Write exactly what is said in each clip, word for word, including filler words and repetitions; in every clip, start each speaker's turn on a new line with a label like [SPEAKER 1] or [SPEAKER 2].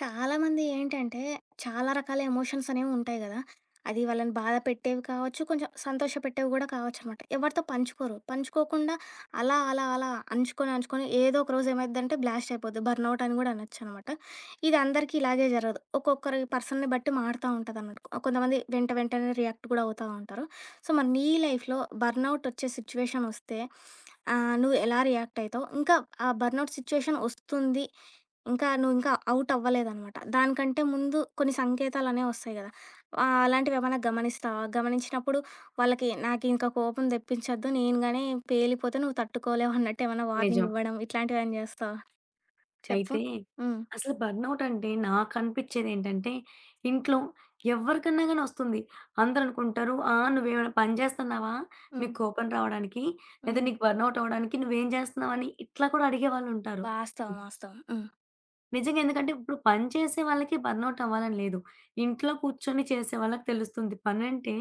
[SPEAKER 1] చాలామంది ఏంటంటే, చాలా రకాల ఎమోషన్స్ అనేవి ఉంటాయి గదా! అది వాళ్ళని బాధ పెట్టేవి కావచ్చు, కొంచెం సంతోషపెట్టేవి గూడా కావచ్చనమాట. ఎవరితో పంచుకోరు. పంచుకోకుండా అలా, అలా, అలా అంచుకొని, అంచుకొని ఏదో ఒక రోజు ఏమైద్దంటే బ్లాస్ట్ అయిపోద్ది. బర్నౌట్ అని గూడా అనొచ్చనమాట. ఇది అందరికీ ఇలాగే జరగదు. ఒక్కొక్కరి పర్సన్‌ని బట్టి మారుతా ఉంటదన్నట్టు. కొంతమంది వెంట వెంటనే రియాక్ట్ గూడా అవుతా ఉంటారు. సో, మరి నీ లైఫ్‌లో బర్నౌట్ వచ్చే సిచ్యువేషన్ వస్తే ఆహ్, నువ్వు ఎలా రియాక్ట్ అయితావు? ఇంకా ఆ బర్నౌట్ సిచ్యువేషన్ వస్తుంది ఇంకా నువ్వింకా ఔట్ అవ్వలేదనమాట. దానికంటే ముందు కొన్ని సంకేతాలనేవి వస్తాయి గదా! ఆహ్, అలాంటివేమన్నా గమనిస్తావా? గమనించినప్పుడు వాళ్ళకి నాకింక కోపం తెప్పించొద్దు, నేను గాని పేలిపోతే నువ్వు తట్టుకోలేవు అన్నట్టేమన్నా
[SPEAKER 2] నిజం.
[SPEAKER 1] వార్నింగ్ ఇవ్వడం ఇట్లాంటివేమన్నా చేస్తావా? చెప్పు.
[SPEAKER 2] అయితే
[SPEAKER 1] హ్మ్.
[SPEAKER 2] అసలు బర్న్‌ఔట్ అంటే నాకనిపిచ్చేదేంటంటే, ఇంట్లో ఎవరికన్నా గాని వస్తుంది. అందరనుకుంటారు, "ఆ! నువ్వేమైనా పని జేస్తున్నావా?
[SPEAKER 1] హ్మ్.
[SPEAKER 2] నీకు కోపం రావడానికి? లేదా
[SPEAKER 1] హ్మ్.
[SPEAKER 2] నీకు బర్న్‌ఔట్ అవ్వడానికి నువ్వేం జేస్తున్నావని?" ఇట్లా కూడా అడిగేవాళ్ళుంటారు.
[SPEAKER 1] వాస్తవం. వాస్తవం. హ్మ్.
[SPEAKER 2] నిజంగా. ఎందుకంటే ఇప్పుడు పని చేసే వాళ్ళకి బర్నౌట్ అవ్వాలని లేదు. ఇంట్లో కూర్చొని చేసే వాళ్ళకి తెలుస్తుంది. పనంటే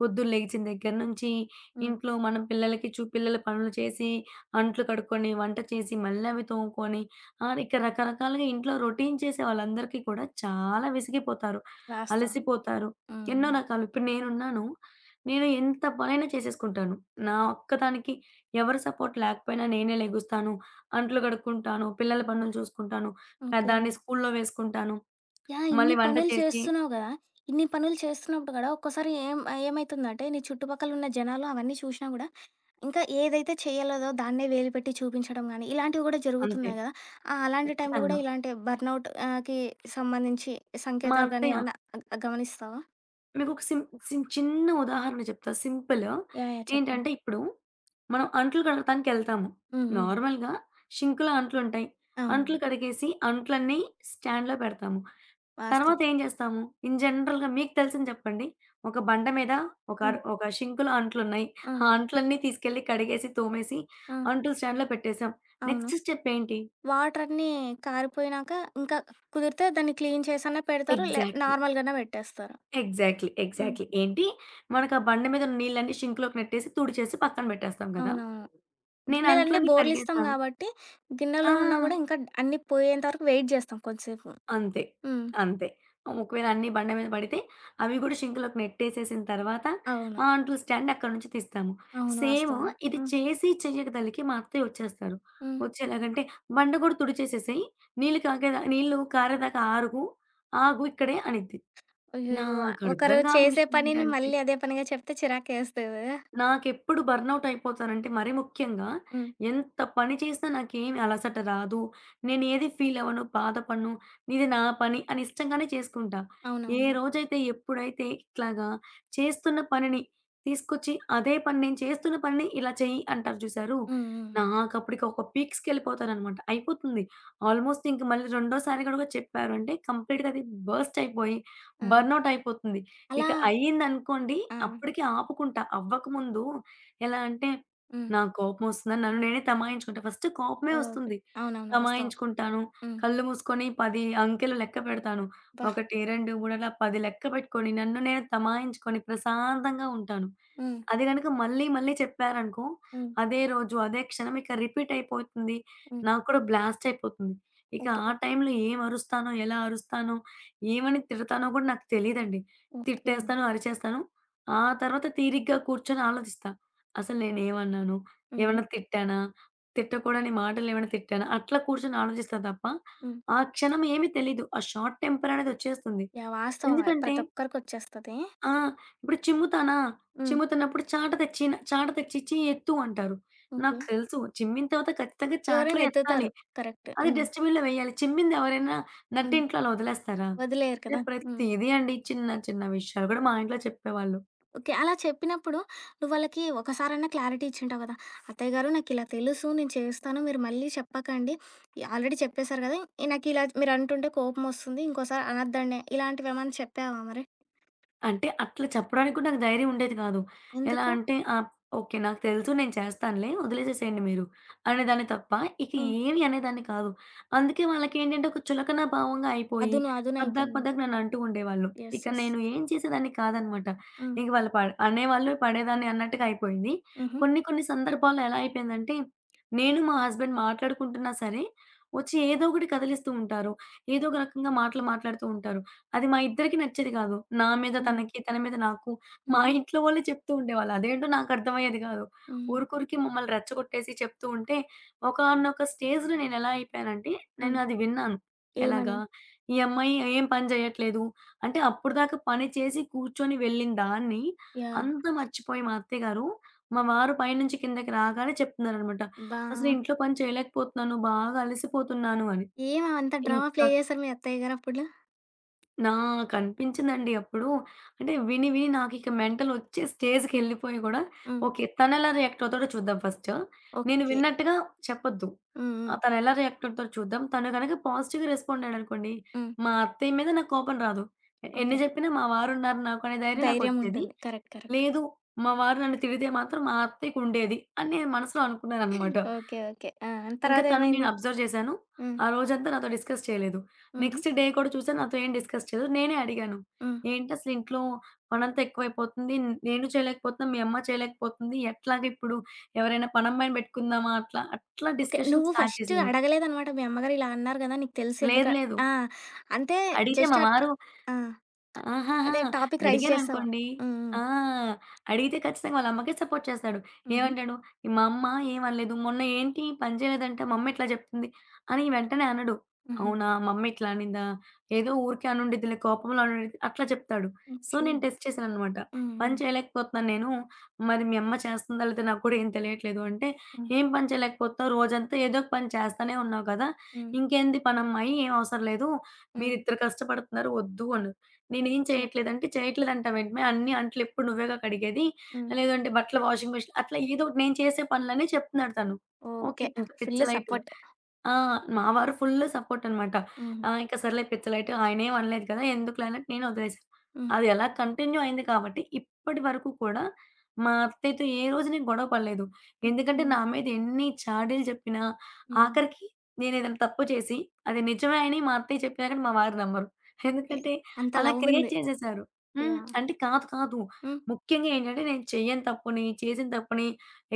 [SPEAKER 2] పొద్దున లెగిచిన దగ్గర నుంచి
[SPEAKER 1] హ్మ్.
[SPEAKER 2] ఇంట్లో మనం పిల్లలకి చూ పిల్లల పనులు చేసి, అంట్లు కడుక్కొని, వంట చేసి, మళ్ళీ అవి తోముకొని ఆహ్, ఇక రకరకాలుగా ఇంట్లో రొటీన్ చేసే వాళ్ళందరికీ కూడా చాలా విసిగిపోతారు.
[SPEAKER 1] వాస్తవం.
[SPEAKER 2] అలసిపోతారు. ఎన్నో
[SPEAKER 1] హ్మ్.
[SPEAKER 2] రకాలు. ఇప్పుడు నేనున్నాను. నేను ఎంత పనైనా చేసేసుకుంటాను. నా ఒక్కదానికి ఎవరి సపోర్ట్ లేకపోయినా నేనే లెగుస్తాను. అంట్లు కడుక్కుంటాను. పిల్లల పనులు చూసుకుంటాను. ఆ!
[SPEAKER 1] ఓకే.
[SPEAKER 2] దాన్ని స్కూల్లో వేసుకుంటాను.
[SPEAKER 1] యాహ్! ఇన్ని
[SPEAKER 2] మళ్ళీ వంట
[SPEAKER 1] పనులు
[SPEAKER 2] చేసి
[SPEAKER 1] చేస్తున్నావు గదా! ఇన్ని పనులు చేస్తున్నప్పుడు గూడా ఒక్కోసారి ఏం ఆహ్, ఏమైతుందంటే నీ చుట్టుపక్కల ఉన్న జనాలు అవన్నీ చూషినా గూడా ఇంకా ఏదైతే చేయలేదో దాన్నే వేలు పెట్టి చూపించడం గానీ, ఇలాంటివి గూడా
[SPEAKER 2] అంతే.
[SPEAKER 1] జరుగుతున్నాయి గదా! ఆహ్, అలాంటి టైంలో
[SPEAKER 2] ఖచ్చితంగా.
[SPEAKER 1] గూడా ఇలాంటి బర్నౌట్ ఆహ్, కి సంబంధించి
[SPEAKER 2] మా
[SPEAKER 1] సంకేతాలు గానీ
[SPEAKER 2] అత్తయ్య
[SPEAKER 1] ఏమన్నా గ గమనిస్తావా?
[SPEAKER 2] మీకొక సిం సిం చిన్న ఉదాహరణ చెప్తా సింపుల్.
[SPEAKER 1] యాహ్! యాహ్! చెప్పు.
[SPEAKER 2] ఏంటంటే ఇప్పుడు మనం అంట్లు కడగటానికెళ్తాము.
[SPEAKER 1] హ్మ్. హ్మ్.
[SPEAKER 2] నార్మల్‌గా షింక్‌లో అంట్లుంటాయి. అంట్లు
[SPEAKER 1] అవును.
[SPEAKER 2] కడిగేసి అంట్లన్నీ స్టాండ్‌లో పెడతాము.
[SPEAKER 1] వాస్తవం.
[SPEAKER 2] తర్వాత ఏం చేస్తాము? ఇన్ జనరల్‌గా మీకు తెలిసింది చెప్పండి. ఒక బండ మీద ఒక అర్
[SPEAKER 1] హ్మ్.
[SPEAKER 2] ఒక షింకులో అంట్లున్నాయి. ఆ
[SPEAKER 1] హ్మ్.
[SPEAKER 2] అంట్లన్నీ తీసుకెళ్ళి కడిగేసి, తోమేసి
[SPEAKER 1] హ్మ్.
[SPEAKER 2] అంట్లు స్టాండ్‌లో పెట్టేసాం.
[SPEAKER 1] అవును.
[SPEAKER 2] నెక్స్ట్ స్టెప్ ఏంటి?
[SPEAKER 1] వాటరన్నీ కారిపోయినాక ఇంకా కుదిరితే దాన్ని క్లీన్ చేసన్నా పెడతారు. లే
[SPEAKER 2] ఎగ్జాక్ట్‌లీ.
[SPEAKER 1] నార్మల్‌గానే పెట్టేస్తారు.
[SPEAKER 2] ఎగ్జాక్ట్‌లీ.
[SPEAKER 1] హ్మ్.
[SPEAKER 2] ఎగ్జాక్ట్‌లీ. ఏంటి మనకు ఆ బండ మీద ఉన్న నీళ్ళన్నీ సింక్‌లోకి నెట్టేసి తుడిచేసి పక్కన పెట్టేస్తాం కదా!
[SPEAKER 1] అవునవును.
[SPEAKER 2] నేను
[SPEAKER 1] గిన్నెలన్నీ
[SPEAKER 2] అంట్లన్నీ
[SPEAKER 1] బోర్లిస్తాం
[SPEAKER 2] కడిగేస్తాను.
[SPEAKER 1] గాబట్టి,
[SPEAKER 2] ఆ!
[SPEAKER 1] గిన్నెలో ఉన్నా గూడా ఇంకా అన్నీ పోయేంత వరకు వెయిట్ జేస్తాం కొంతసేపు.
[SPEAKER 2] అంతే.
[SPEAKER 1] హ్మ్.
[SPEAKER 2] అంతే. ఒకవేళ అన్నీ బండ మీద పడితే అవి కూడా సింక్‌లోకి నెట్టేసేసిన తర్వాత ఆ
[SPEAKER 1] అవును.
[SPEAKER 2] అంట్లు స్టాండ్ అక్కడి నుంచి తీస్తాము.
[SPEAKER 1] అవును.
[SPEAKER 2] సేమ్
[SPEAKER 1] వాస్తవం.
[SPEAKER 2] ఇది
[SPEAKER 1] హ్మ్.
[SPEAKER 2] చేసి చెయ్యగదలికి మా అత్తయ్య వచ్చేస్తారు.
[SPEAKER 1] హ్మ్.
[SPEAKER 2] వచ్చి ఎలాగంటే, "బండ కూడా తుడిచేసేసేయి. నీళ్ళు కాగేదా నీళ్ళు కారేదాకా ఆరవు. ఆగు ఇక్కడే" అనిద్ది.
[SPEAKER 1] అయ్యయ్యో!
[SPEAKER 2] నాకు అర్థం
[SPEAKER 1] ఒకరు
[SPEAKER 2] కాని
[SPEAKER 1] చేసే
[SPEAKER 2] విషయం
[SPEAKER 1] పనిని
[SPEAKER 2] ఏంటంటే,
[SPEAKER 1] మళ్ళీ అదే పనిగా చెప్తే చిరాకేస్తది గదా!
[SPEAKER 2] నాకెప్పుడు బర్నౌట్ అయిపోతానంటే మరీ ముఖ్యంగా
[SPEAKER 1] హ్మ్.
[SPEAKER 2] ఎంత పని చేసినా నాకేమి అలసట రాదు. నేనేది ఫీల్ అవ్వను, బాధపడను. ఇది నా పని అని ఇష్టంగానే చేసుకుంటా. ఏ
[SPEAKER 1] అవునవునులే.
[SPEAKER 2] రోజైతే ఎప్పుడైతే ఇట్లాగా చేస్తున్న పనిని తీసుకొచ్చి అదే పని నేను చేస్తున్న పనిని ఇలా చెయ్యి అంటారు చూసారు?
[SPEAKER 1] హ్మ్. హ్మ్.
[SPEAKER 2] నాకప్పటికి ఒక పీక్స్‌కెళ్ళిపోతాననమాట. అయిపోతుంది. ఆల్‌మోస్ట్ ఇంక మళ్ళీ రెండోసారి గనుక చెప్పారు అంటే కంప్లీట్‌గా అది బర్స్ట్ అయిపోయి
[SPEAKER 1] ఆ!
[SPEAKER 2] బర్నౌట్ అయిపోతుంది. ఇక
[SPEAKER 1] అలా
[SPEAKER 2] అయిందనుకోండి,
[SPEAKER 1] ఆ!
[SPEAKER 2] అప్పటికి ఆపుకుంటా. అవ్వకముందు ఎలా అంటే,
[SPEAKER 1] హ్మ్.
[SPEAKER 2] నాకు కోపమొస్తుందని నన్ను నేనే తమాయించుకుంటా. ఫస్ట్ కోపమే
[SPEAKER 1] ఓకే.
[SPEAKER 2] వస్తుంది.
[SPEAKER 1] అవునవును. వాస్తవం.
[SPEAKER 2] తమాయించుకుంటాను.
[SPEAKER 1] హ్మ్.
[SPEAKER 2] కళ్ళు మూసుకొని పది అంకెలు లెక్క పెడతాను.
[SPEAKER 1] అబ్బా!
[SPEAKER 2] ఒకటి, రెండు, మూడు అలా పది లెక్క పెట్టుకొని, నన్ను నేను తమాయించుకొని ప్రశాంతంగా ఉంటాను.
[SPEAKER 1] హ్మ్.
[SPEAKER 2] అది గనుక మళ్ళీ మళ్ళీ చెప్పారనుకో,
[SPEAKER 1] హ్మ్.
[SPEAKER 2] అదే రోజు, అదే క్షణం ఇక రిపీట్ అయిపోతుంది.
[SPEAKER 1] హ్మ్.
[SPEAKER 2] నాకు కూడా బ్లాస్ట్ అయిపోతుంది. ఇక
[SPEAKER 1] ఓకే.
[SPEAKER 2] ఆ టైంలో ఏం అరుస్తానో, ఎలా అరుస్తానో, ఏమని తిడతానో కూడా నాకు తెలీదండి.
[SPEAKER 1] ఓకే.
[SPEAKER 2] తిట్టేస్తాను, అరిచేస్తాను. ఆ తర్వాత తీరిగ్గా కూర్చొని ఆలోచిస్తా. అసలు నేనేమన్నాను?
[SPEAKER 1] హుహు.
[SPEAKER 2] ఏమన్నా తిట్టానా? తిట్టకూడని మాటలేమన్నా తిట్టానా? అట్లా కూర్చొని ఆలోచిస్తా తప్ప,
[SPEAKER 1] హ్మ్.
[SPEAKER 2] ఆ క్షణం ఏమీ తెలీదు. ఆ షార్ట్ టెంపర్ అనేదొచ్చేస్తుంది.
[SPEAKER 1] యాహ్! వాస్తవం. అది
[SPEAKER 2] ఎందుకంటే
[SPEAKER 1] ప్రతి ఒక్కరికొచ్చేస్తది.
[SPEAKER 2] ఆ! ఇప్పుడు చిమ్ముతానా?
[SPEAKER 1] హ్మ్.
[SPEAKER 2] చిమ్ముతున్నప్పుడు చాట తెచ్చి చాట తెచ్చిచ్చి ఎత్తు అంటారు. నాకు
[SPEAKER 1] ఓకే.
[SPEAKER 2] తెలుసు చిమ్మిన తర్వాత ఖచ్చితంగా చాటలో
[SPEAKER 1] ఎవరైనా
[SPEAKER 2] ఎత్తాలి.
[SPEAKER 1] ఎత్తుతారు. కరెక్ట్.
[SPEAKER 2] అది
[SPEAKER 1] హ్మ్.
[SPEAKER 2] డస్ట్‌బిన్‌లో వెయ్యాలి. చిమ్మింది ఎవరైనా
[SPEAKER 1] హ్మ్.
[SPEAKER 2] నట్టింట్లో అలా వదిలేస్తారా?
[SPEAKER 1] వదిలేయరు
[SPEAKER 2] ఇలా
[SPEAKER 1] కదా! హ్మ్.
[SPEAKER 2] ప్రతీది అండి. చిన్న చిన్న విషయాలు కూడా మా ఇంట్లో చెప్పేవాళ్ళు.
[SPEAKER 1] ఓకే. అలా చెప్పినప్పుడు నువ్వు వాళ్ళకి ఒకసారన్నా క్లారిటీ ఇచ్చింటావు కదా! "అత్తయ్య గారు నాకిలా తెలుసు. నేను చేస్తాను. మీరు మళ్ళీ చెప్పకండి. ఆల్రెడీ చెప్పేసారు కదా! నాకిలా మీరంటుంటే కోపమొస్తుంది. ఇంకోసారి అనొద్దండి." ఇలాంటివేమన్నా చెప్పావా మరి?
[SPEAKER 2] అంటే అట్లా చెప్పడానికి కూడా నాకు ధైర్యం ఉండేది కాదు. ఎలా
[SPEAKER 1] ఎందుకు?
[SPEAKER 2] అంటే ఆహ్, ఓకే. నాకు తెలుసు నేను చేస్తానులే వదిలేసేసేయండి మీరు అనేదాన్ని తప్ప, ఇక
[SPEAKER 1] హ్మ్.
[SPEAKER 2] ఏమి అనేదాన్ని కాదు. అందుకే వాళ్ళకేంటంటే ఒక చులకన భావంగా అయిపోయి
[SPEAKER 1] అదును
[SPEAKER 2] పద్దాక
[SPEAKER 1] అదునయిపోయింది.
[SPEAKER 2] పద్దాక నన్ను అంటూ ఉండేవాళ్ళు.
[SPEAKER 1] యెస్.
[SPEAKER 2] ఇక
[SPEAKER 1] యెస్.
[SPEAKER 2] నేను ఏం చేసేదాన్ని కాదనమాట.
[SPEAKER 1] హ్మ్.
[SPEAKER 2] ఇంక వాళ్ళు ప అనేవాళ్ళు పడేదాన్ని అన్నట్టుగా అయిపోయింది.
[SPEAKER 1] హుహు.
[SPEAKER 2] కొన్ని కొన్ని సందర్భాల్లో ఎలా అయిపోయిందంటే, నేను మా హస్బెండ్ మాట్లాడుకుంటున్నా సరే, వచ్చి ఏదో ఒకటి కదిలిస్తూ ఉంటారు. ఏదో ఒక రకంగా మాటలు మాట్లాడుతూ ఉంటారు. అది మా ఇద్దరికీ నచ్చేది కాదు. నా మీద
[SPEAKER 1] హ్మ్.
[SPEAKER 2] తనకి, తన మీద నాకు. మా
[SPEAKER 1] హుహు.
[SPEAKER 2] ఇంట్లో వాళ్ళే చెప్తూ ఉండేవాళ్ళు. అదేంటో నాకర్థమయ్యేది కాదు.
[SPEAKER 1] హ్మ్.
[SPEAKER 2] ఊరికూరికే మమ్మల్ని రెచ్చగొట్టేసి చెప్తూ ఉంటే, ఒకానొక స్టేజ్‌లో నేనెలా అయిపోయానంటే, నేను
[SPEAKER 1] హ్మ్.
[SPEAKER 2] అది విన్నాను. ఎలాగా,
[SPEAKER 1] ఏమని?
[SPEAKER 2] ఈ అమ్మాయి ఏం పని చేయట్లేదు. అంటే అప్పటిదాకా పని చేసి కూర్చొని వెళ్ళిన దాన్ని,
[SPEAKER 1] యాహ్!
[SPEAKER 2] అంతా మర్చిపోయి మా అత్తయ్య గారు, మా వారు పైనుంచి కిందకి రాగానే చెప్తున్నారనమాట.
[SPEAKER 1] అబ్బా!
[SPEAKER 2] "అసలు ఇంట్లో పని చేయలేకపోతున్నాను. బాగా అలసిపోతున్నాను" అని.
[SPEAKER 1] ఏమి అంత డ్రామా
[SPEAKER 2] ఇంకా
[SPEAKER 1] ప్లే చేసారు మీ అత్తయ్య గారప్పుడు?
[SPEAKER 2] నాకనిపించిందండి అప్పుడు. అంటే విని, విని నాకిక మెంటలొచ్చే స్టేజ్‌కెళ్ళిపోయి గూడా,
[SPEAKER 1] హ్మ్.
[SPEAKER 2] ఓకే. తనెలా రియాక్ట్ అవుతాడో చూద్దాం ఫస్ట్. నేను
[SPEAKER 1] ఓకే.
[SPEAKER 2] విన్నట్టుగా చెప్పొద్దు.
[SPEAKER 1] హ్మ్. హ్మ్.
[SPEAKER 2] ఆహ్, తనెలా రియాక్ట్ అవుతాడో చూద్దాం. తను గనక పాజిటివ్‌గా రెస్పాండ్ అయ్యాడనుకోండి,
[SPEAKER 1] హ్మ్.
[SPEAKER 2] మా అత్తయ్య మీద నాకు కోపం రాదు. ఎ ఎన్ని
[SPEAKER 1] ఓకే.
[SPEAKER 2] జెప్పినా మా వారున్నారు నాకు అనే ధైర్యం నాకొచ్చేది.
[SPEAKER 1] ధైర్యముంటుంది. కరెక్ట్. కరెక్ట్.
[SPEAKER 2] లేదు మా వారు నన్ను తిడితే మాత్రం మా అత్తయ్యకుండేది అని నేను మనసులో అనుకున్నాననమాట.
[SPEAKER 1] ఓకే. ఓకే. ఆ!
[SPEAKER 2] ఇంకా తను నేను
[SPEAKER 1] తర్వాతేమైంది?
[SPEAKER 2] అబ్జర్వ్ చేశాను.
[SPEAKER 1] హ్మ్.
[SPEAKER 2] ఆ రోజంతా నాతో డిస్కస్ చేయలేదు.
[SPEAKER 1] హుహు.
[SPEAKER 2] నెక్స్ట్ డే కూడా చూసాను నాతో ఏం డిస్కస్ చేయలేదు. నేనే అడిగాను.
[SPEAKER 1] హ్మ్.
[SPEAKER 2] "ఏంటసలు ఇంట్లో పనంతా ఎక్కువైపోతుంది. న- నేను చేయలేకపోతున్నా. మీ అమ్మ చేయలేకపోతుంది. ఎట్లాగ ఇప్పుడు ఎవరైనా పనమ్మాయిని పెట్టుకుందామా?" అట్లా, అట్లా
[SPEAKER 1] ఓకే.
[SPEAKER 2] డిస్కషన్
[SPEAKER 1] నువ్వు
[SPEAKER 2] స్టార్ట్
[SPEAKER 1] ఫస్ట్
[SPEAKER 2] చేశాను.
[SPEAKER 1] అడగలేదనమాట మీ అమ్మగారు ఇలా అన్నారు గదా! నీకు తెలుసెందుక
[SPEAKER 2] లేదు లేదు.
[SPEAKER 1] ఆ! అంటే
[SPEAKER 2] అడిగితే మా
[SPEAKER 1] జస్ట్ అట్
[SPEAKER 2] వారు
[SPEAKER 1] ఆ!
[SPEAKER 2] ఆహాహా!
[SPEAKER 1] అదే టాపిక్ రైజ్ చేసావా?
[SPEAKER 2] అడిగాననుకోండి
[SPEAKER 1] హ్మ్. హ్మ్.
[SPEAKER 2] ఆ! అడిగితే ఖచ్చితంగా వాళ్ళ అమ్మకే సపోర్ట్ చేస్తాడు.
[SPEAKER 1] హుహు.
[SPEAKER 2] ఏమంటాడు, "మా అమ్మ ఏమనలేదు. మొన్న ఏంటి పని చేయలేదంట మమ్మీ ఇట్లా చెప్తుంది" అని వెంటనే అనడు.
[SPEAKER 1] హుహు.
[SPEAKER 2] "అవునా! మమ్మీ ఇట్లా అనిందా? ఏదో ఊరికే అనుండిద్దిలే కోపంలో అనుండిద్ది" అట్లా చెప్తాడు. So,
[SPEAKER 1] okay.
[SPEAKER 2] నేను టెస్ట్ చేశాననమాట.
[SPEAKER 1] హ్మ్. హ్మ్.
[SPEAKER 2] "పని చేయలేకపోతున్నాను నేను. మరి మీ అమ్మ చేస్తుందా లేదా నాకు కూడా ఏం తెలియట్లేదు" అంటే,
[SPEAKER 1] హ్మ్.
[SPEAKER 2] "ఏం పని చేయలేకపోతున్నావు? రోజంతా ఏదో ఒక పని చేస్తానే ఉన్నావు కదా!
[SPEAKER 1] హ్మ్.
[SPEAKER 2] ఇంకేంది పనమ్మాయి? ఏం అవసరం లేదు.
[SPEAKER 1] హ్మ్.
[SPEAKER 2] మీరిద్దరు కష్టపడుతున్నారు వద్దు" అన్నారు. నేనేం
[SPEAKER 1] ఓకే.
[SPEAKER 2] చేయట్లేదంటే, "చేయట్లేదంటావు ఏంటి మే? అన్ని అంట్లు ఎప్పుడు నువ్వేగా కడిగేది.
[SPEAKER 1] హ్మ్.
[SPEAKER 2] లేదంటే బట్టలు వాషింగ్ మెషిన్" అట్లా ఏదో ఒకటి నేను చేసే పనులనే చెప్తున్నాడు తను. ఓకే.
[SPEAKER 1] ఓకే.
[SPEAKER 2] ఇంక పిచ్చ
[SPEAKER 1] ఫుల్లు
[SPEAKER 2] లైట్.
[SPEAKER 1] సపోర్ట్.
[SPEAKER 2] ఆ! మా వారు ఫుల్ సపోర్టనమాట.
[SPEAKER 1] హ్మ్.
[SPEAKER 2] ఆ! ఇంక సర్లే పిచ్చలైట్ ఆయనేం అనలేదు కదా! ఎందుకులే అన్నట్టు నేను వదిలేసా.
[SPEAKER 1] హ్మ్.
[SPEAKER 2] అది అలా కంటిన్యూ అయింది కాబట్టి ఇప్పటి వరకు కూడా మా అత్తయ్యతో ఏ రోజు నేను గొడవ పడలేదు. ఎందుకంటే
[SPEAKER 1] ఓకే.
[SPEAKER 2] నా మీద ఎన్ని చాడీలు చెప్పినా
[SPEAKER 1] హ్మ్.
[SPEAKER 2] ఆఖరికి నేనేదైనా తప్పు చేసి అది నిజమే అని మా అత్తయ్య చెప్పినా గాని మా వారు నమ్మరు.
[SPEAKER 1] ఓకే.
[SPEAKER 2] ఎందుకంటే
[SPEAKER 1] అంత
[SPEAKER 2] అలా క్రియేట్
[SPEAKER 1] లవ్వుంది.
[SPEAKER 2] చేసేసారు. హ్మ్.
[SPEAKER 1] యాహ్!
[SPEAKER 2] అంటే కాదు కాదు.
[SPEAKER 1] హ్మ్.
[SPEAKER 2] ముఖ్యంగా ఏంటంటే నేను చెయ్యని తప్పుని, చేసిన తప్పుని,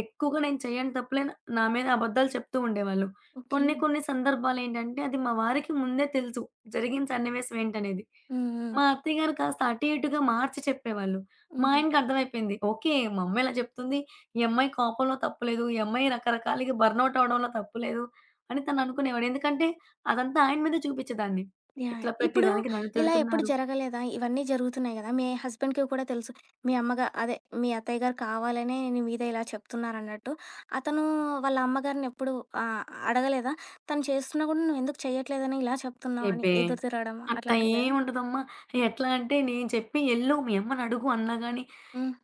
[SPEAKER 2] ఎక్కువగా నేను చెయ్యని తప్పులే నా మీద అబద్ధాలు చెప్తూ ఉండేవాళ్ళు.
[SPEAKER 1] ఓకే.
[SPEAKER 2] కొన్ని కొన్ని సందర్భాలేంటంటే, అది మా వారికి ముందే తెలుసు. జరిగిన సన్నివేశం ఏంటనేది.
[SPEAKER 1] హ్మ్. హ్మ్.
[SPEAKER 2] మా అత్తయ్య గారు కాస్త అటు ఇటుగా మార్చి చెప్పేవాళ్ళు. మా
[SPEAKER 1] హుహు.
[SPEAKER 2] ఆయనకి అర్థమైపోయింది. ఓకే. మా అమ్మ ఇలా చెప్తుంది. ఈ అమ్మాయి కోపంలో తప్పులేదు. ఈ అమ్మాయి రకరకాలుగా బర్నౌట్ అవ్వడంలో తప్పులేదు అని తను అనుకునేవాడు. ఎందుకంటే, అదంతా ఆయన మీద చూపించేదాన్ని.
[SPEAKER 1] యాహ్!
[SPEAKER 2] ఇట్లా ప్రతి
[SPEAKER 1] ఇప్పుడు
[SPEAKER 2] దానికి నన్ను
[SPEAKER 1] ఇలా ఎప్పుడు
[SPEAKER 2] తిడుతున్నారు.
[SPEAKER 1] జరగలేదా? ఇవన్నీ జరుగుతున్నాయి గదా! మీ హస్బెండ్‌కి కూడా తెలుసు. మీ అమ్మగా అదే మీ అత్తయ్య గారు కావాలనే నీ మీద ఇలా చెప్తున్నారన్నట్టు. అతను వాళ్ళ అమ్మగారిని ఎప్పుడు ఆహ్, అడగలేదా? తను చేస్తున్నా గూడా నువ్వెందుకు చేయట్లేదని ఇలా చెప్తున్నావు అని
[SPEAKER 2] ఎబ్బే!
[SPEAKER 1] ఎదురు తిరగడం
[SPEAKER 2] అట్లా
[SPEAKER 1] అట్లాంటివి లేదా?
[SPEAKER 2] ఏముండదమ్మా. ఎట్లా అంటే నేను చెప్పి ఎళ్ళు మీ అమ్మని అడుగు అన్నా గాని
[SPEAKER 1] హ్మ్.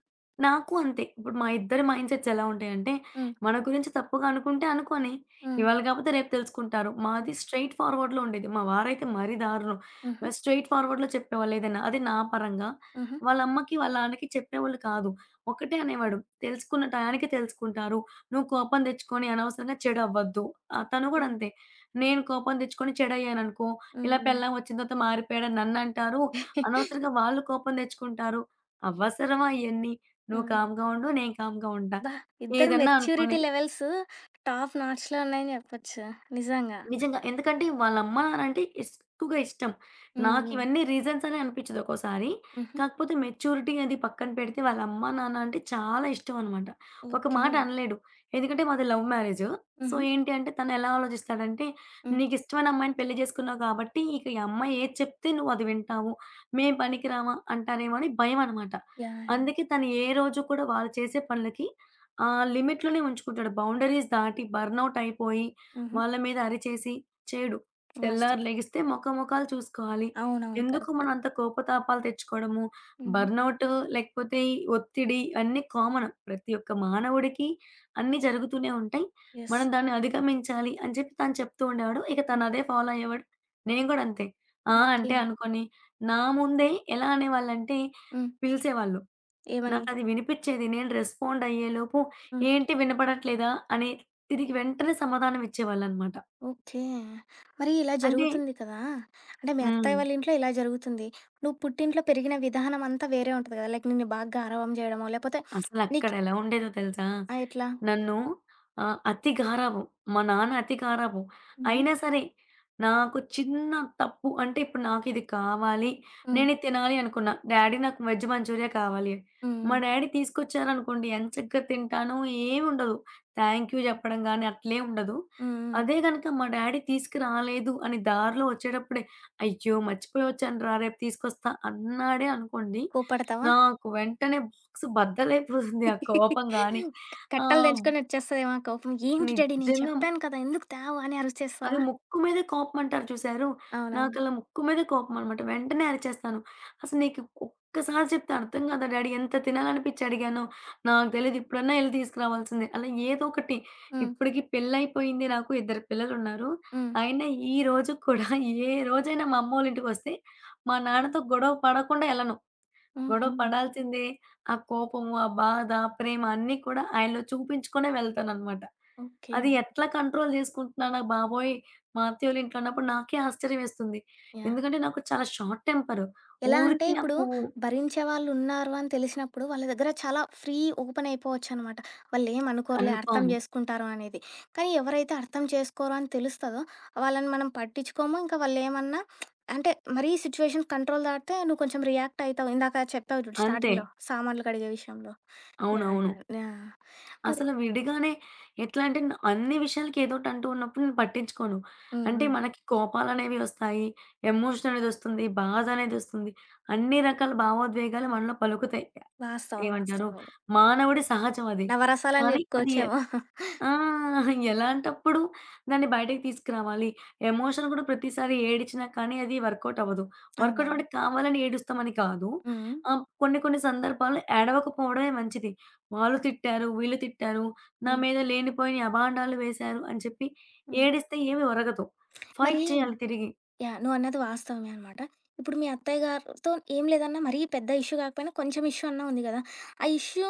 [SPEAKER 2] నాకు అంతే. ఇప్పుడు మా ఇద్దరి మైండ్‌సెట్స్ ఎలా ఉంటాయంటే,
[SPEAKER 1] హ్మ్.
[SPEAKER 2] మన గురించి తప్పుగా అనుకుంటే అనుకోని,
[SPEAKER 1] హ్మ్.
[SPEAKER 2] ఇవాళ కాపోతే రేపు తెలుసుకుంటారు.
[SPEAKER 1] హ్మ్.
[SPEAKER 2] మాది స్ట్రెయిట్ ఫార్వర్డ్‌లో ఉండేది. మా వారైతే మరీ దారుణం.
[SPEAKER 1] హుహు.
[SPEAKER 2] స్ట్రెయిట్ ఫార్వర్డ్‌లో చెప్పేవాళ్ళు ఏదైనా. అది నా పరంగా.
[SPEAKER 1] హుహు.
[SPEAKER 2] వాళ్ళ అమ్మకి, వాళ్ళ నాన్నకి చెప్పేవాళ్ళు కాదు. ఒకటే అనేవాడు. "తెలుసుకున్న టయానికి తెలుసుకుంటారు. నువ్వు కోపం తెచ్చుకొని అనవసరంగా చెడవ్వద్దు." ఆహ్, తను కూడా
[SPEAKER 1] హ్మ్.
[SPEAKER 2] అంతే. నేను కోపం తెచ్చుకొని చెడయ్యాననుకో, ఇలా
[SPEAKER 1] హ్మ్.
[SPEAKER 2] పెళ్ళాం వచ్చిన తర్వాత మారిపోయాడని నన్నంటారు.
[SPEAKER 1] హ్మ్. అబ్బా!
[SPEAKER 2] అనవసరంగా వాళ్ళు కోపం తెచ్చుకుంటారు. అవసరమా ఇయన్నీ? నువ్వు కామ్‌గా ఉండు. నేను కామ్‌గా ఉంటా.
[SPEAKER 1] ఇద్దరు
[SPEAKER 2] ఏదన్నా అనుకోని.
[SPEAKER 1] మెచ్యూరిటీ లెవెల్స్ టాప్ నాచ్‌లో ఉన్నాయని జెప్పొచ్చు. నిజంగా.
[SPEAKER 2] నిజంగా. ఎందుకంటే వాళ్ళ అమ్మ నాన్నంటే ఇస్ ఎక్కువగా ఇష్టం.
[SPEAKER 1] హ్మ్. హ్మ్.
[SPEAKER 2] నాకివన్నీ రీజన్స్ అని అనిపించదు ఒక్కోసారి.
[SPEAKER 1] హుహు.
[SPEAKER 2] కాకపోతే మెచ్యూరిటీ అది పక్కన పెడితే వాళ్ళ అమ్మ, నాన్న అంటే చాలా ఇష్టం అనమాట. ఒక
[SPEAKER 1] ఓకే.
[SPEAKER 2] మాట అనలేడు. ఎందుకంటే మాది లవ్ మ్యారేజు. సో,
[SPEAKER 1] హుహు.
[SPEAKER 2] ఏంటి అంటే తను ఎలా ఆలోచిస్తాడంటే,
[SPEAKER 1] హ్మ్.
[SPEAKER 2] "నీకిష్టమైన అమ్మాయిని పెళ్లి చేసుకున్నావు కాబట్టి, ఇక ఈ అమ్మాయి ఏది చెప్తే నువ్వు అది వింటావు. మేం పనికిరామా" అంటారేమో అని భయం అనమాట.
[SPEAKER 1] యాహ్! యాహ్!
[SPEAKER 2] అందుకే తను ఏ రోజు కూడా వాళ్ళు చేసే పనులకి ఆ లిమిట్‌లోనే ఉంచుకుంటాడు. బౌండరీస్ దాటి బర్నౌట్ అయిపోయి
[SPEAKER 1] హుహు.
[SPEAKER 2] వాళ్ళ మీద అరిచేసి చేయడు. తెల్లారి
[SPEAKER 1] వాస్తవం.
[SPEAKER 2] లెగిస్తే మొఖ మొఖాలు చూసుకోవాలి.
[SPEAKER 1] అవునవును.
[SPEAKER 2] ఎందుకు
[SPEAKER 1] కరెక్ట్.
[SPEAKER 2] మనం అంత కోపతాపాలు తెచ్చుకోవడము?
[SPEAKER 1] హుహు.
[SPEAKER 2] బర్నౌట్ లేకపోతే ఈ ఒత్తిడి అన్నీ కామన్. ప్రతి ఒక్క మానవుడికి అన్నీ జరుగుతూనే ఉంటాయి.
[SPEAKER 1] యెస్.
[SPEAKER 2] మనం దాన్ని అధిగమించాలి అని చెప్పి తను చెప్తూ ఉండేవాడు. ఇక తను అదే ఫాలో అయ్యేవాడు. నేను కూడా అంతే. ఆ!
[SPEAKER 1] ఓకే.
[SPEAKER 2] అంటే అనుకోని నా ముందే ఎలా అనేవాళ్ళంటే
[SPEAKER 1] హ్మ్.
[SPEAKER 2] పిలిచేవాళ్ళు.
[SPEAKER 1] ఏమని?
[SPEAKER 2] నాకది వినిపిచ్చేది. నేను రెస్పాండ్ అయ్యేలోపు
[SPEAKER 1] హ్మ్.
[SPEAKER 2] ఏంటి వినపడట్లేదా అని తిరిగి వెంటనే సమాధానం ఇచ్చేవాళ్ళనమాట.
[SPEAKER 1] ఓకే. మరి ఇలా
[SPEAKER 2] అంటే
[SPEAKER 1] జరుగుతుంది కదా! అంటే మీ
[SPEAKER 2] హ్మ్.
[SPEAKER 1] అత్తయ్య వాళ్ళ ఇంట్లో ఇలా జరుగుతుంది. నువ్వు పుట్టింట్లో పెరిగిన విధానం అంతా వేరే ఉంటది కదా! లైక్ నిన్ను బాగా గారాబం చేయడమో, లేపోతే నీకు
[SPEAKER 2] అసలక్కడెలా ఉండేదో తెలుసా?
[SPEAKER 1] ఆ! ఎట్లా?
[SPEAKER 2] నన్ను ఆహ్, అతి గారాబం. మా నాన్న అతి గారాబం.
[SPEAKER 1] హుహు.
[SPEAKER 2] అయినా సరే నాకు చిన్న తప్పు అంటే ఇప్పుడు నాకిది కావాలి,
[SPEAKER 1] హ్మ్. హ్మ్.
[SPEAKER 2] నేనిది తినాలి అనుకున్నా. డ్యాడీ నాకు వెజ్ మంచూరియా కావాలి. అని. మా
[SPEAKER 1] హ్మ్.
[SPEAKER 2] డ్యాడీ తీసుకొచ్చారనుకోండి ఎంచక్కా తింటాను. ఏముండదు. థాంక్ యూ చెప్పడం గాని అట్లేం ఉండదు.
[SPEAKER 1] హ్మ్. హ్మ్.
[SPEAKER 2] అదే గనక మా డ్యాడీ తీసుకురాలేదు అని దారిలో వచ్చేటప్పుడే, "అయ్యో! మర్చిపోయొచ్చానురా రేపు తీసుకొస్తా" అన్నాడే అనుకోండి,
[SPEAKER 1] కోప్పడతావా?
[SPEAKER 2] నాకు వెంటనే సో, బద్దలైపోతుంది ఆ కోపం గాని.
[SPEAKER 1] కట్టలు
[SPEAKER 2] ఆహ్,
[SPEAKER 1] తెంచుకొని వచ్చేస్తదేమో ఆ కోపం. "ఏంటి డాడీ నేను
[SPEAKER 2] నిజంగా
[SPEAKER 1] చెప్పాను కదా! ఎందుకు తేవు" అని
[SPEAKER 2] అది
[SPEAKER 1] అరిచేస్తావా?
[SPEAKER 2] ముక్కు మీద కోపం అంటారు చూసారు?
[SPEAKER 1] అవునవును.
[SPEAKER 2] నాకలా ముక్కు మీద కోపం అనమాట. వెంటనే అరిచేస్తాను. "అసలు నీకు ఒక్కసారి చెప్తే అర్థం కాదా డాడీ? ఎంత తినాలనిపిచ్చి అడిగానో? నాకు తెలీదు. ఇప్పుడన్నా ఎళ్లి తీసుకురావాల్సిందే." అలా ఏదో ఒకటి
[SPEAKER 1] హ్మ్.
[SPEAKER 2] ఇప్పటికి పెళ్లయిపోయింది నాకు. ఇద్దరు పిల్లలున్నారు.
[SPEAKER 1] హ్మ్.
[SPEAKER 2] అయినా ఈ రోజు కూడా ఏ రోజైనా మా అమ్మోళ్ళింటికొస్తే మా నాన్నతో గొడవ పడకుండా ఎళ్ళను. గొడవ
[SPEAKER 1] హుహు.
[SPEAKER 2] పడాల్సిందే. ఆ కోపము, ఆ బాధ, ప్రేమ అన్నీ కూడా ఆయనలో చూపించుకునే వెళ్తాననమాట.
[SPEAKER 1] ఓకే.
[SPEAKER 2] అది ఎట్లా కంట్రోల్ జేసుకుంటున్నానా బాబోయ్! మా అత్తయ్యోళ్ళింట్లో అన్నప్పుడు నాకే ఆశ్చర్యమేస్తుంది.
[SPEAKER 1] యాహ్!
[SPEAKER 2] ఎందుకంటే నాకు చాలా షార్ట్ టెంపర్.
[SPEAKER 1] ఎలా అంటే
[SPEAKER 2] ఊరికే
[SPEAKER 1] ఇప్పుడు
[SPEAKER 2] నాకు
[SPEAKER 1] భరించే వాళ్ళున్నారు అని తెలిసినప్పుడు వాళ్ళ దగ్గర చాలా ఫ్రీ ఓపెన్ అయిపోవచ్చనమాట. వాళ్ళేం అనుకోరులే అర్థం
[SPEAKER 2] కన్ఫర్మ్.
[SPEAKER 1] జేసుకుంటారు అనేది. కానీ ఎవరైతే అర్థం చేసుకోరో అని తెలుస్తదో వాళ్ళని మనం పట్టించుకోము. ఇంకా వాళ్ళేమన్నా అంటే మరీ సిట్యుయేషన్ కంట్రోల్ దాటితే నువ్వు కొంచెం రియాక్ట్ అయితావు. ఇందాక చెప్పావు చూడు
[SPEAKER 2] అంతే.
[SPEAKER 1] స్టార్టింగ్‌లో సామాన్లు కడిగే విషయంలో. యాహ్!
[SPEAKER 2] అవునవును.
[SPEAKER 1] యాహ్! యాహ్! మరి
[SPEAKER 2] అసలు విడిగానే ఎట్లా అంటే న్ అన్ని విషయాలకి ఏదోటి అంటూ ఉన్నప్పుడు నేను పట్టించుకోను.
[SPEAKER 1] హ్మ్.
[SPEAKER 2] అంటే
[SPEAKER 1] హ్మ్.
[SPEAKER 2] మనకి కోపాలనేవి ఒస్తాయి. ఎమోషన్ అనేదొస్తుంది. బాధ అనేదొస్తుంది. అన్ని రకాల భావోద్వేగాలు మనలో పలుకుతాయి.
[SPEAKER 1] వాస్తవం.
[SPEAKER 2] ఏమంటారు?
[SPEAKER 1] వాస్తవం ఇది.
[SPEAKER 2] మానవుడి సహజం అది.
[SPEAKER 1] నవరసాలని
[SPEAKER 2] కానీ అది ఎ
[SPEAKER 1] జెప్పుకోవచ్చేమో.
[SPEAKER 2] ఆ! ఎలాంటప్పుడు దాన్ని బయటకి తీసుకురావాలి. ఎమోషన్ కూడా ప్రతిసారి ఏడిచినా కానీ అది వర్కౌట్ అవ్వదు. వర్కౌట్ అంటే
[SPEAKER 1] అవునవును.
[SPEAKER 2] కావాలని ఏడుస్తామని కాదు.
[SPEAKER 1] హ్మ్.
[SPEAKER 2] ఆహ్, కొన్ని కొన్ని సందర్భాల్లో ఏడవకపోవడమే మంచిది. వాళ్ళు తిట్టారు, వీళ్ళు తిట్టారు, నా
[SPEAKER 1] హ్మ్.
[SPEAKER 2] మీద లేనిపోని అబాండాలు వేశారు అని చెప్పి
[SPEAKER 1] హ్మ్.
[SPEAKER 2] ఏడిస్తే ఏమి ఒరగదు.
[SPEAKER 1] మరి
[SPEAKER 2] ఫైట్ చేయాలి తిరిగి.
[SPEAKER 1] యాహ్! నువ్వన్నది వాస్తవమే అనమాట. ఇప్పుడు మీ అత్తయ్య గారితో ఏం లేదన్నా మరీ పెద్ద ఇష్యూ కాకపోయినా కొంచెం ఇష్యూ అన్నా ఉంది కదా! ఆ ఇష్యూ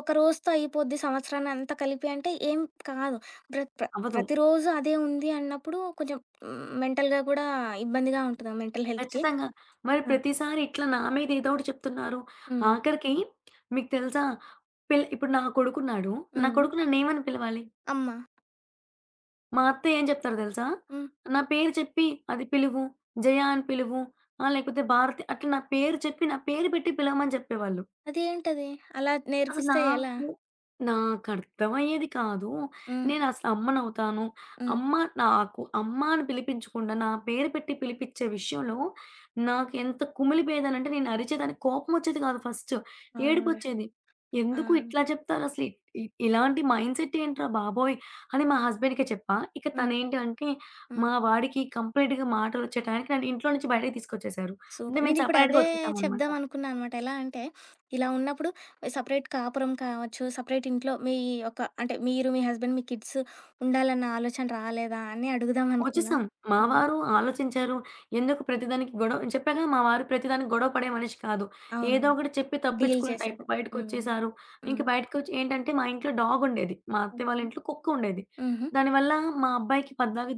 [SPEAKER 1] ఒక రోజుతో అయిపోద్ది సంవత్సరాన్నంతా కలిపి అంటే ఏం కాదు. ప్ర ప్ర
[SPEAKER 2] అవ్వదు.
[SPEAKER 1] ప్రతిరోజు అదే ఉంది అన్నప్పుడు కొంచెం హ్మ్, మెంటల్‌గా కూడా ఇబ్బందిగా ఉంటది. మెంటల్ హెల్త్‌కి.
[SPEAKER 2] ఖచ్చితంగా. మరి
[SPEAKER 1] ఆ!
[SPEAKER 2] ప్రతిసారి ఇట్లా నా మీద ఏదో ఒకటి చెప్తున్నారు.
[SPEAKER 1] హ్మ్.
[SPEAKER 2] ఆఖరికి మీకు తెలుసా? పిల్ ఇప్పుడు నా కొడుకున్నాడు. నా
[SPEAKER 1] హ్మ్.
[SPEAKER 2] కొడుకు నన్నేమని పిలవాలి?
[SPEAKER 1] అమ్మ.
[SPEAKER 2] మా అత్త ఏం చెప్తారో తెలుసా?
[SPEAKER 1] హ్మ్.
[SPEAKER 2] నా పేరు చెప్పి అది పిలువు. జయ అని పిలువు. ఆహ్, లేకపోతే భారతి అట్లా నా పేరు చెప్పి, నా పేరు పెట్టి పిలవమని చెప్పేవాళ్ళు.
[SPEAKER 1] అదేంటది? అలా
[SPEAKER 2] అసలు
[SPEAKER 1] నేర్పిస్తే ఎలా?
[SPEAKER 2] నాకు, నాకర్థమయ్యేది కాదు.
[SPEAKER 1] హ్మ్.
[SPEAKER 2] నేనసలు అమ్మనవుతాను.
[SPEAKER 1] హ్మ్.
[SPEAKER 2] అమ్మ నాకు అమ్మ అని పిలిపించకుండా, నా పేరు పెట్టి పిలిపిచ్చే విషయంలో నాకెంత కుమిలిపోయేదానంటే, నేను అరిచేదాన్ని. కోపమొచ్చేది కాదు ఫస్టు.
[SPEAKER 1] అవునులే.
[SPEAKER 2] ఏడుపొచ్చేది.
[SPEAKER 1] ఆ!
[SPEAKER 2] ఎందుకు ఇట్లా చెప్తారసలు? ఇ ఇ ఇలాంటి మైండ్‌సెట్ ఏంట్రా బాబోయ్! అని మా హస్బెండ్‌కే చెప్పా. ఇక
[SPEAKER 1] హ్మ్.
[SPEAKER 2] తనేంటి అంటే,
[SPEAKER 1] హ్మ్.
[SPEAKER 2] మా వాడికి కంప్లీట్‌గా మాటలొచ్చే టయానికి నన్ను ఇంట్లో నుంచి బయటకి తీసుకొచ్చేశారు. అంటే
[SPEAKER 1] సూపర్.
[SPEAKER 2] మేము
[SPEAKER 1] నేనిప్పుడు
[SPEAKER 2] సెపరేట్‌గా
[SPEAKER 1] అదే
[SPEAKER 2] వచ్చేసామనమాట.
[SPEAKER 1] చెప్దాం అనుకున్నా అనమాట. ఎలా అంటే, ఇలా ఉన్నప్పుడు సెపరేట్ కాపురం కావచ్చు, సెపరేట్ ఇంట్లో మీ యొక్క అంటే మీరు, మీ హస్బెండ్, మీ కిడ్స్ ఉండాలన్న ఆలోచన రాలేదా అని అడుగుదాం అనుకున్నా.
[SPEAKER 2] వచ్చేసాం. మా
[SPEAKER 1] హ్మ్.
[SPEAKER 2] వారు ఆలోచించారు. ఎందుకు ప్రతిదానికి గొడవ నేను చెప్పాగా మా వారు ప్రతిదానికి గొడవ పడే మనిషి కాదు. ఏదో
[SPEAKER 1] అవునవును.
[SPEAKER 2] ఒకటి చెప్పి
[SPEAKER 1] డీల్
[SPEAKER 2] తప్పించుకునే టైప్.
[SPEAKER 1] చేసేది. హ్మ్.
[SPEAKER 2] బయటకొచ్చేసారు. ఇంక
[SPEAKER 1] హ్మ్.
[SPEAKER 2] బయటకొచ్చి ఏంటంటే మా ఇంట్లో డాగ్ ఉండేది. మా అత్తయ్య వాళ్ళ
[SPEAKER 1] ఓకే.
[SPEAKER 2] ఇంట్లో కుక్క ఉండేది.
[SPEAKER 1] హుహు.
[SPEAKER 2] దానివల్ల మా అబ్బాయికి పద్దాక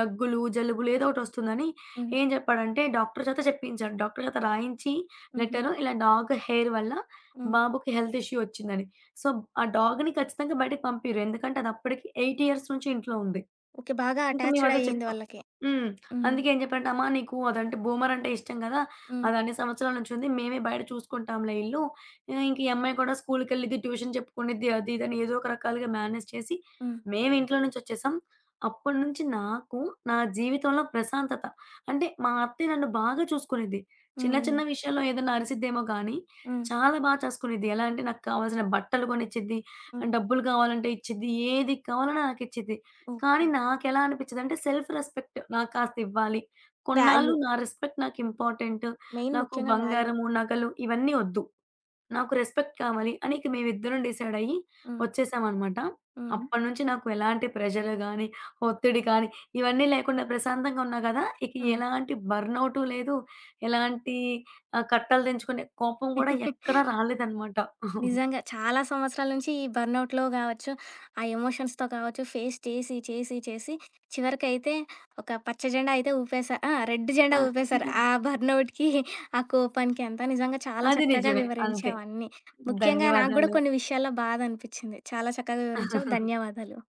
[SPEAKER 2] దగ్గులు, జలుబులు ఏదో ఒకటి వస్తుందని
[SPEAKER 1] హ్మ్.
[SPEAKER 2] ఏం చెప్పాడంటే డాక్టర్ చేత చెప్పించాడు. డాక్టర్ చేత రాయించి
[SPEAKER 1] హుహు.
[SPEAKER 2] లెటరు ఇలా డాగ్ హెయిర్ వల్ల
[SPEAKER 1] హ్మ్.
[SPEAKER 2] బాబుకి హెల్త్ ఇష్యూ వచ్చిందని. సో, ఆ డాగ్‌ని ఖచ్చితంగా బయటకి పంపియరు. ఎందుకంటే అది అప్పటికి ఎనిమిది ఇయర్స్ నుంచి ఇంట్లో ఉంది.
[SPEAKER 1] ఓకే. బాగా
[SPEAKER 2] ఇంక మేము
[SPEAKER 1] అటాచ్డ్
[SPEAKER 2] అదే
[SPEAKER 1] అయ్యింది
[SPEAKER 2] చెప్పాం.
[SPEAKER 1] వాళ్ళకి.
[SPEAKER 2] హ్మ్.
[SPEAKER 1] హ్మ్.
[SPEAKER 2] అందుకే ఏం చెప్పారంటే, "అమ్మా! నీకు అదంటే బూమర్ అంటే ఇష్టం గదా!
[SPEAKER 1] హ్మ్.
[SPEAKER 2] అది అన్ని సంవత్సరాల నుంచి ఉంది. మేమే బయట చూసుకుంటాంలే ఇల్లు. ఆహ్, ఇంక ఈ అమ్మాయి కూడా స్కూల్‌కెళ్ళిద్ది, ట్యూషన్ చెప్పుకునిద్ది" అది ఇది అని ఏదో ఒక రకాలుగా మేనేజ్ చేసి
[SPEAKER 1] హ్మ్.
[SPEAKER 2] మేము ఇంట్లో నుంచి వచ్చేసాం. అప్పటి నుంచి నాకు నా జీవితంలో ప్రశాంతత. అంటే మా అత్తయ్య నన్ను బాగా చూసుకునిద్ది. చిన్న
[SPEAKER 1] హ్మ్. హ్మ్.
[SPEAKER 2] చిన్న విషయాల్లో ఏదైనా అరిసిద్దేమో గానీ
[SPEAKER 1] హ్మ్.
[SPEAKER 2] చాలా బా చేసుకునిద్ది. ఎలా అంటే నాకు కావాల్సిన బట్టలు కొనిచ్చిద్ది,
[SPEAKER 1] హ్మ్.
[SPEAKER 2] డబ్బులు కావాలంటే ఇచ్చిద్ది. ఏది కావాలన్నా నాకిచ్చిద్ది. కానీ
[SPEAKER 1] ఓకే.
[SPEAKER 2] నాకెలా అనిపిచ్చేదంటే సెల్ఫ్ రెస్పెక్ట్ నాకు కాస్త ఇవ్వాలి. కొన్నాళ్ళు
[SPEAKER 1] వాల్యూ.
[SPEAKER 2] నా రెస్పెక్ట్ నాకు ఇంపార్టెంట్.
[SPEAKER 1] మెయిన్
[SPEAKER 2] నాకు
[SPEAKER 1] ముఖ్యంగా వాల్యూ.
[SPEAKER 2] బంగారము, నగలు ఇవన్నీ ఒద్దు. నాకు రెస్పెక్ట్ కావాలి అని ఇక మేమిద్దరం డిసైడ్ అయ్యి
[SPEAKER 1] హ్మ్.
[SPEAKER 2] వచ్చేసామనమాట.
[SPEAKER 1] హుహు.
[SPEAKER 2] అప్పటినుంచి నాకు ఎలాంటి ప్రెషర్ గాని, ఒత్తిడి కానీ ఇవన్నీ లేకుండా ప్రశాంతంగా ఉన్నా కదా! ఇక
[SPEAKER 1] హ్మ్.
[SPEAKER 2] ఎలాంటి బర్నౌటు లేదు. ఎలాంటి ఆహ్, కట్టలు తెంచుకునే కోపం కూడా ఎక్కడ రాలేదనమాట.
[SPEAKER 1] నిజంగా. చాలా సంవత్సరాల నుంచి ఈ బర్నౌట్‌లో గావచ్చు, ఆ ఎమోషన్స్‌తో కావచ్చు ఫేస్ చేసి, చేసి, చేసి చివరికైతే ఒక పచ్చ జెండా అయితే ఊపేసా ఆ! రెడ్ జెండా ఊపేశారు.
[SPEAKER 2] ఖచ్చితంగా.
[SPEAKER 1] ఆ బర్నౌట్‌కి, ఆ కోపానికి అంతా నిజంగా చాలా
[SPEAKER 2] అది
[SPEAKER 1] చక్కగా
[SPEAKER 2] నిజమే. అంతే.
[SPEAKER 1] వివరించావు అన్నీ. ముఖ్యంగా నాకు గూడా
[SPEAKER 2] ధన్యవాదాలు.
[SPEAKER 1] కొన్ని విషయాల్లో బాధ అనిపిచ్చింది. చాలా చక్కగా వివరించావు. ధన్యవాదాలు.